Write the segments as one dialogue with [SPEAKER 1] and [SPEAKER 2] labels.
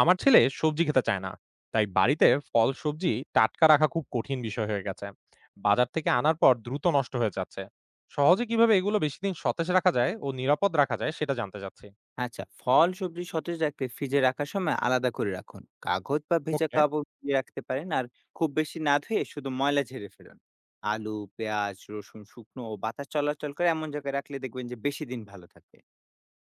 [SPEAKER 1] আমার ছেলে সবজি খেতে চায় না, তাই বাড়িতে ফল সবজি টাটকা রাখা খুব কঠিন বিষয় হয়ে গেছে। বাজার থেকে আনার পর দ্রুত নষ্ট হয়ে যাচ্ছে। সহজে কিভাবে এগুলো বেশি দিন সতেজ রাখা যায় ও নিরাপদ রাখা যায় সেটা জানতে চাচ্ছি।
[SPEAKER 2] আচ্ছা, ফল, সবজি সতেজ রাখতে ফ্রিজে রাখার সময় আলাদা করে রাখুন। কাগজ বা ভেজা
[SPEAKER 1] ওকে।
[SPEAKER 2] কাপড় দিয়ে রাখতে পারেন আর খুব বেশি না ধুয়ে শুধু ময়লা ঝেড়ে ফেলুন। আলু, পেঁয়াজ, রসুন শুকনো ও বাতাস চলাচল করে এমন জায়গায় রাখলে দেখবেন যে বেশি দিন ভালো থাকে।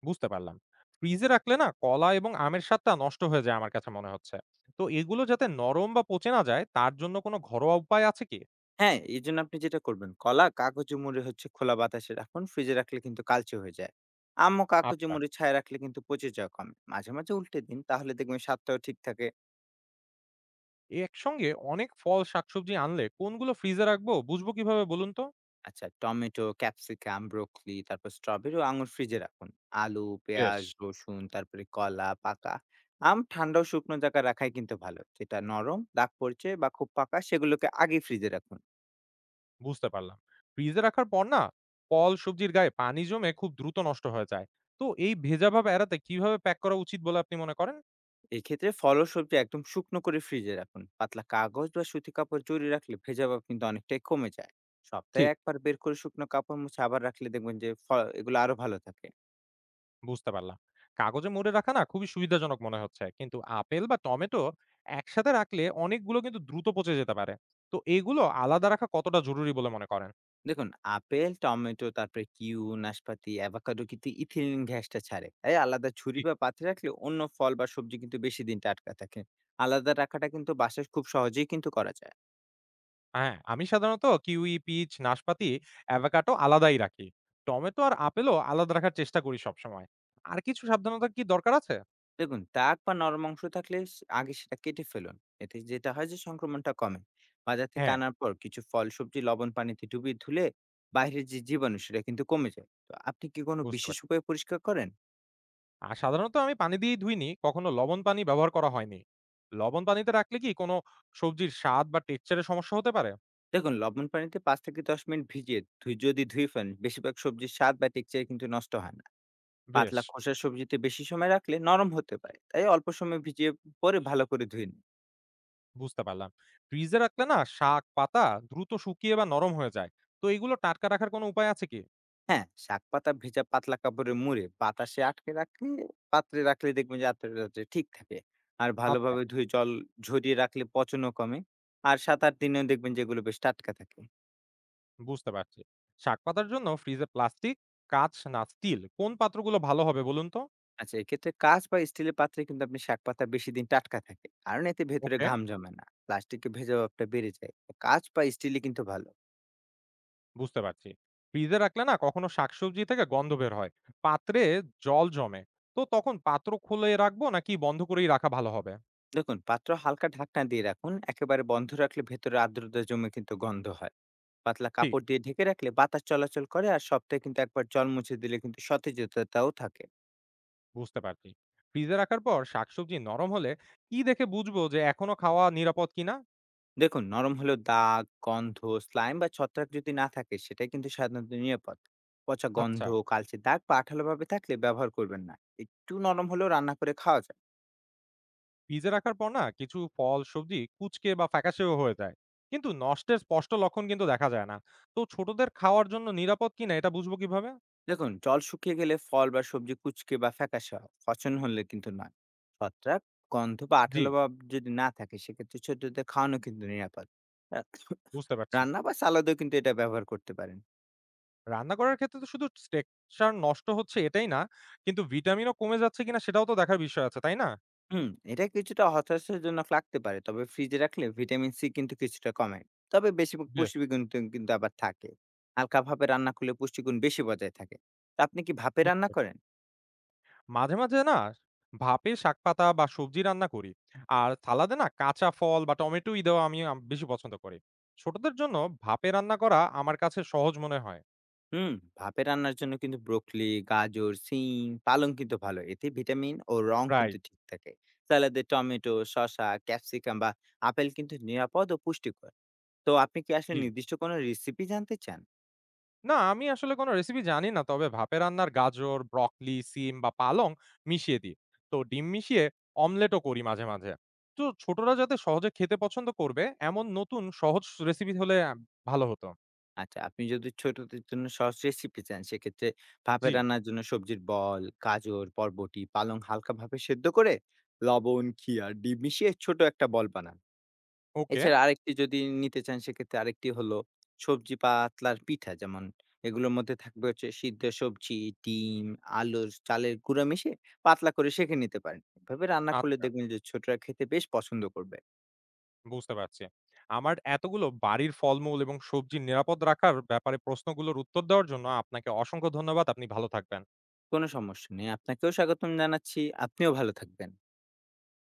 [SPEAKER 1] বুঝতে পারলাম। ফ্রিজে রাখলে না কলা এবং আমের স্বাদটা নষ্ট হয়ে যায় আমার কাছে মনে হচ্ছে। তো এগুলো যাতে নরম বা পচে না যায় তার জন্য কোনো ঘরোয়া উপায় আছে কি?
[SPEAKER 2] হ্যাঁ, এজন্য আপনি যেটা করবেন কলা কাগজে মুড়ে হচ্ছে খোলা বাতাসে রাখুন। ফ্রিজে রাখলে কিন্তু কালচে হয়ে যায়। আম ও কাগজে
[SPEAKER 1] আচ্ছা,
[SPEAKER 2] মুড়ে ছায়ায় রাখলে কিন্তু পচে যাওয়া কমে। মাঝে, মাঝে উল্টে দিন তাহলে দেখবেন স্বাদটাও ঠিক থাকে।
[SPEAKER 1] একসঙ্গে অনেক ফল শাকসবজি আনলে কোনগুলো ফ্রিজে রাখবো বুঝবো কিভাবে বলুন তো?
[SPEAKER 2] আচ্ছা টমেটো, ক্যাপসিকাম, ব্রোকলি, তারপর স্ট্রবেরি ও আঙুর ফ্রিজে রাখুন। আলু,
[SPEAKER 1] বেশ।
[SPEAKER 2] পেঁয়াজ, রসুন, তারপরে কলা, পাকা আম ঠান্ডা ও শুকনো জায়গায় রাখাই কিন্তু ভালো। যেটা নরম, দাগ পড়ছে বা খুব পাকা সেগুলোকে আগে ফ্রিজে রাখুন।
[SPEAKER 1] বুঝতে পারলাম। ফ্রিজে রাখার পর না ফল, সবজির গায়ে পানি জমে খুব দ্রুত নষ্ট হয়ে যায়। তো এই ভেজা ভাব এড়াতে কিভাবে প্যাক করা উচিত বলে আপনি মনে করেন?
[SPEAKER 2] এক্ষেত্রে ফল ও সবজি একদম শুকনো করে ফ্রিজে রাখুন। পাতলা কাগজ বা সুতি কাপড় জড়িয়ে রাখলে ভেজা ভাব কিন্তু অনেকটাই কমে যায়। সপ্তাহে
[SPEAKER 1] ঠিক।
[SPEAKER 2] একবার বের করে শুকনো কাপড় মুছে আবার রাখলে দেখবেন যে এগুলো আরো ভালো থাকে।
[SPEAKER 1] বুঝতে পারলাম। কাগজে মুড়ে রাখা না খুবই সুবিধাজনক মনে হচ্ছে। কিন্তু আপেল বা টমেটো একসাথে রাখলে অনেকগুলো কিন্তু দ্রুত পচে যেতে পারে। তো এগুলো আলাদা রাখা কতটা জরুরি বলে মনে করেন?
[SPEAKER 2] দেখুন আপেল, টমেটো, তারপরে নাশপাতি, অ্যাভোকাডো কিন্তু ইথিলিন গ্যাসটা ছাড়ে। তাই আলাদা ছুরি
[SPEAKER 1] ঠিক।
[SPEAKER 2] বা পাত্রে রাখলে অন্য ফল বা সবজি কিন্তু বেশি দিন টাটকা থাকে। আলাদা রাখাটা কিন্তু বাসায় খুব সহজেই কিন্তু করা যায়।
[SPEAKER 1] হ্যাঁ, আমি সাধারণত কিউই, পিচ, নাশপাতি, অ্যাভোকাডো আলাদাই রাখি। টমেটো আর আপেলও আলাদা রাখার চেষ্টা করি সবসময়। আর কিছু সাবধানতা কি দরকার আছে?
[SPEAKER 2] দেখুন দাগ বা নরম অংশ থাকলে সে আগে সেটা কেটে ফেলুন। এতে যেটা হয় যে সংক্রমণটা কমে। বাজার থেকে
[SPEAKER 1] হ্যাঁ।
[SPEAKER 2] আনার পর কিছু ফল সবজি লবণ পানিতে ডুবিয়ে ধুলে বাইরের যে জীবাণু সেটা কিন্তু কমে যায়। তো আপনি কি কোনো
[SPEAKER 1] বুঝতে
[SPEAKER 2] বিশেষ উপায়ে পরিষ্কার করেন?
[SPEAKER 1] আর সাধারণত আমি পানি দিয়েই ধুইনি, কখনো লবণ পানি ব্যবহার করা হয়নি। লবণ পানিতে রাখলে কি কোনো সবজির স্বাদ বা টেক্সচারে সমস্যা হতে পারে?
[SPEAKER 2] দেখুন লবণ পানিতে 5 থেকে 10 মিনিট ভিজিয়ে যদি ধুয়ে ফেলেন বেশিরভাগ সবজির স্বাদ বা টেক্সচার কিন্তু নষ্ট হয় না।
[SPEAKER 1] বেশ।
[SPEAKER 2] পাতলা খোসার সবজিতে বেশি সময় রাখলে নরম হতে পারে তাই অল্প সময় ভিজিয়ে পরে ভালো করে ধুয়ে নিন।
[SPEAKER 1] বুঝতে পারলাম। ফ্রিজে রাখলে না শাক, পাতা দ্রুত শুকিয়ে বা নরম হয়ে যায়। তো এগুলো টাটকা রাখার কোনো উপায় আছে কি?
[SPEAKER 2] হ্যাঁ শাক পাতা ভেজা পাতলা কাপড়ে মুড়ে বাতাসে আটকে রাখলে পাত্রে রাখলে দেখবেন যে আত্মটা ঠিক থাকে। আর
[SPEAKER 1] আচ্ছা।
[SPEAKER 2] ভালোভাবে ধুয়ে জল ঝরিয়ে রাখলে পচনও কমে। আর 7-8 দিনেও দেখবেন যেগুলো বেশ টাটকা থাকে।
[SPEAKER 1] বুঝতে পারছি। শাক পাতার জন্য ফ্রিজে প্লাস্টিক, কাঁচ না স্টিল কোন পাত্রগুলো ভালো হবে বলুন তো?
[SPEAKER 2] আচ্ছা, এক্ষেত্রে কাঁচ বা স্টিলের পাত্রে কিন্তু আপনি শাকপাতা বেশি দিন টাটকা থাকে। কারণ এতে ভেতরে
[SPEAKER 1] ওকে।
[SPEAKER 2] ঘাম জমে না। প্লাস্টিকে ভেজা ভাবটা বেড়ে যায়। তো কাঁচ বা স্টিলই কিন্তু ভালো।
[SPEAKER 1] বুঝতে পারছি। ফ্রিজে রাখলে না কখনো শাকসবজি থেকে গন্ধ বের হয়। পাত্রে জল জমে। তো তখন পাত্র খুলে রাখবো নাকি বন্ধ করেই রাখা ভালো হবে?
[SPEAKER 2] দেখুন, পাত্র হালকা ঢাকনা দিয়ে রাখুন। একেবারে বন্ধ রাখলে ভেতরে আর্দ্রতা জমে কিন্তু গন্ধ হয়। পাতলা
[SPEAKER 1] ঠিক।
[SPEAKER 2] কাপড় দিয়ে ঢেকে রাখলে বাতাস চলাচল করে আর সপ্তাহে কিন্তু একবার জল মুছে দিলে কিন্তু সতেজতাটাও থাকে।
[SPEAKER 1] বুঝতে পারছি। ফ্রিজে রাখার পর শাকসবজি নরম হলে কি দেখে বুঝবো যে এখনো খাওয়া নিরাপদ কিনা?
[SPEAKER 2] দেখুন নরম হলেও দাগ গন্ধ স্লাইম বা ছত্রাক যদি না থাকে সেটা কিন্তু সাধারণত নিরাপদ। পচা
[SPEAKER 1] আচ্ছা।
[SPEAKER 2] গন্ধ কালচে দাগ বা আঠালো ভাবে থাকলে ব্যবহার করবেন না। একটু নরম হলেও রান্না করে খাওয়া যায়।
[SPEAKER 1] ফ্রিজে রাখার পর না কিছু ফল, সবজি কুঁচকে বা ফ্যাকাশেও হয়ে যায়। কিন্তু নষ্টের স্পষ্ট লক্ষণ কিন্তু দেখা যায় না। তো ছোটদের খাওয়ার জন্য নিরাপদ কিনা এটা বুঝবো কিভাবে?
[SPEAKER 2] দেখুন জল শুকিয়ে গেলে ফল বা সবজি কুচকে বা ফ্যাকাশে হয় পচন হলে কিন্তু নয়। ছত্রাক গন্ধ বা
[SPEAKER 1] জি।
[SPEAKER 2] আঠালো ভাব যদি না থাকে সেক্ষেত্রে ছোটদের খাওয়ানো কিন্তু নিরাপদ। আহ,
[SPEAKER 1] বুঝতে পারছি।
[SPEAKER 2] রান্না বা সালাদেও কিন্তু এটা ব্যবহার করতে পারেন।
[SPEAKER 1] রান্না করার ক্ষেত্রে তো শুধু টেক্সচার নষ্ট হচ্ছে এটাই না, কিন্তু ভিটামিনও কমে যাচ্ছে কিনা সেটাও তো দেখার বিষয় আছে, তাই না?
[SPEAKER 2] হুম, এটা কিছুটা হতাশাজনক লাগতে পারে। তবে ফ্রিজে রাখলে ভিটামিন সি কিন্তু কিছুটা কমে। তবে বেশিরভাগ
[SPEAKER 1] বেশ।
[SPEAKER 2] পুষ্টিগুণ তি কিন্তু আবার থাকে। হালকা ভাবে রান্না করলে পুষ্টিগুণ বেশি বজায় থাকে। তো আপনি কি ভাপে
[SPEAKER 1] বুঝতে
[SPEAKER 2] রান্না
[SPEAKER 1] পারলাম।
[SPEAKER 2] করেন?
[SPEAKER 1] মাঝে, মাঝে না ভাপে শাকপাতা বা সবজি রান্না করি। আর সালাদে না কাঁচা ফল বা টমেটোই দেওয়া আমি আম বেশি পছন্দ করি। ছোটদের জন্য ভাপে রান্না করা আমার কাছে সহজ মনে হয়।
[SPEAKER 2] হুম, ভাপে রান্নার জন্য কিন্তু ব্রোকলি, গাজর, সিম, পালং কিন্তু ভালো। এতে ভিটামিন ও রং কিন্তু
[SPEAKER 1] রাইট।
[SPEAKER 2] ঠিক থাকে। সালাদে টমেটো, শসা, ক্যাপসিকাম বা আপেল কিন্তু নিরাপদ ও পুষ্টিকর। তো আপনি কি আসলে
[SPEAKER 1] জি।
[SPEAKER 2] নির্দিষ্ট কোনো রেসিপি জানতে চান?
[SPEAKER 1] না, আমি আসলে কোনো রেসিপি জানি না। তবে ভাপে রান্নার গাজর, ব্রকলি, সিম বা পালং মিশিয়ে দিই। তো ডিম মিশিয়ে অমলেটও করি মাঝে, মাঝে। তো ছোটরা যাতে সহজে খেতে পছন্দ করবে এমন নতুন সহজ রেসিপি হলে ভালো হতো।
[SPEAKER 2] আচ্ছা, আপনি যদি ছোটদের জন্য সহজ রেসিপি চান, সেক্ষেত্রে ভাপে
[SPEAKER 1] জি।
[SPEAKER 2] রান্নার জন্য সবজির বল, গাজর, বরবটি, পালং হালকাভাবে সেদ্ধ করে লবণ, ঘি আর ডিম মিশিয়ে ছোট একটা বল বানান।
[SPEAKER 1] ওকে।
[SPEAKER 2] এছাড়া আরেকটি যদি নিতে চান, সেক্ষেত্রে আরেকটি হলো সবজি পাতলার পিঠা। যেমন এগুলোর মধ্যে থাকবে হচ্ছে সিদ্ধ সবজি, ডিম, আলুর চালের গুঁড়া মিশিয়ে পাতলা করে সেঁকে নিতে পারেন। এভাবে রান্না করলে
[SPEAKER 1] আচ্ছা।
[SPEAKER 2] দেখবেন যে ছোটরা খেতে বেশ পছন্দ করবে।
[SPEAKER 1] বুঝতে পারছি। আমার এতগুলো বাড়ির ফলমূল এবং সবজি নিরাপদ রাখার ব্যাপারে প্রশ্নগুলোর উত্তর দেওয়ার জন্য আপনাকে অসংখ্য ধন্যবাদ। আপনি ভালো থাকবেন।
[SPEAKER 2] কোনো সমস্যা নেই। আপনাকেও স্বাগতম জানাচ্ছি। আপনিও ভালো থাকবেন।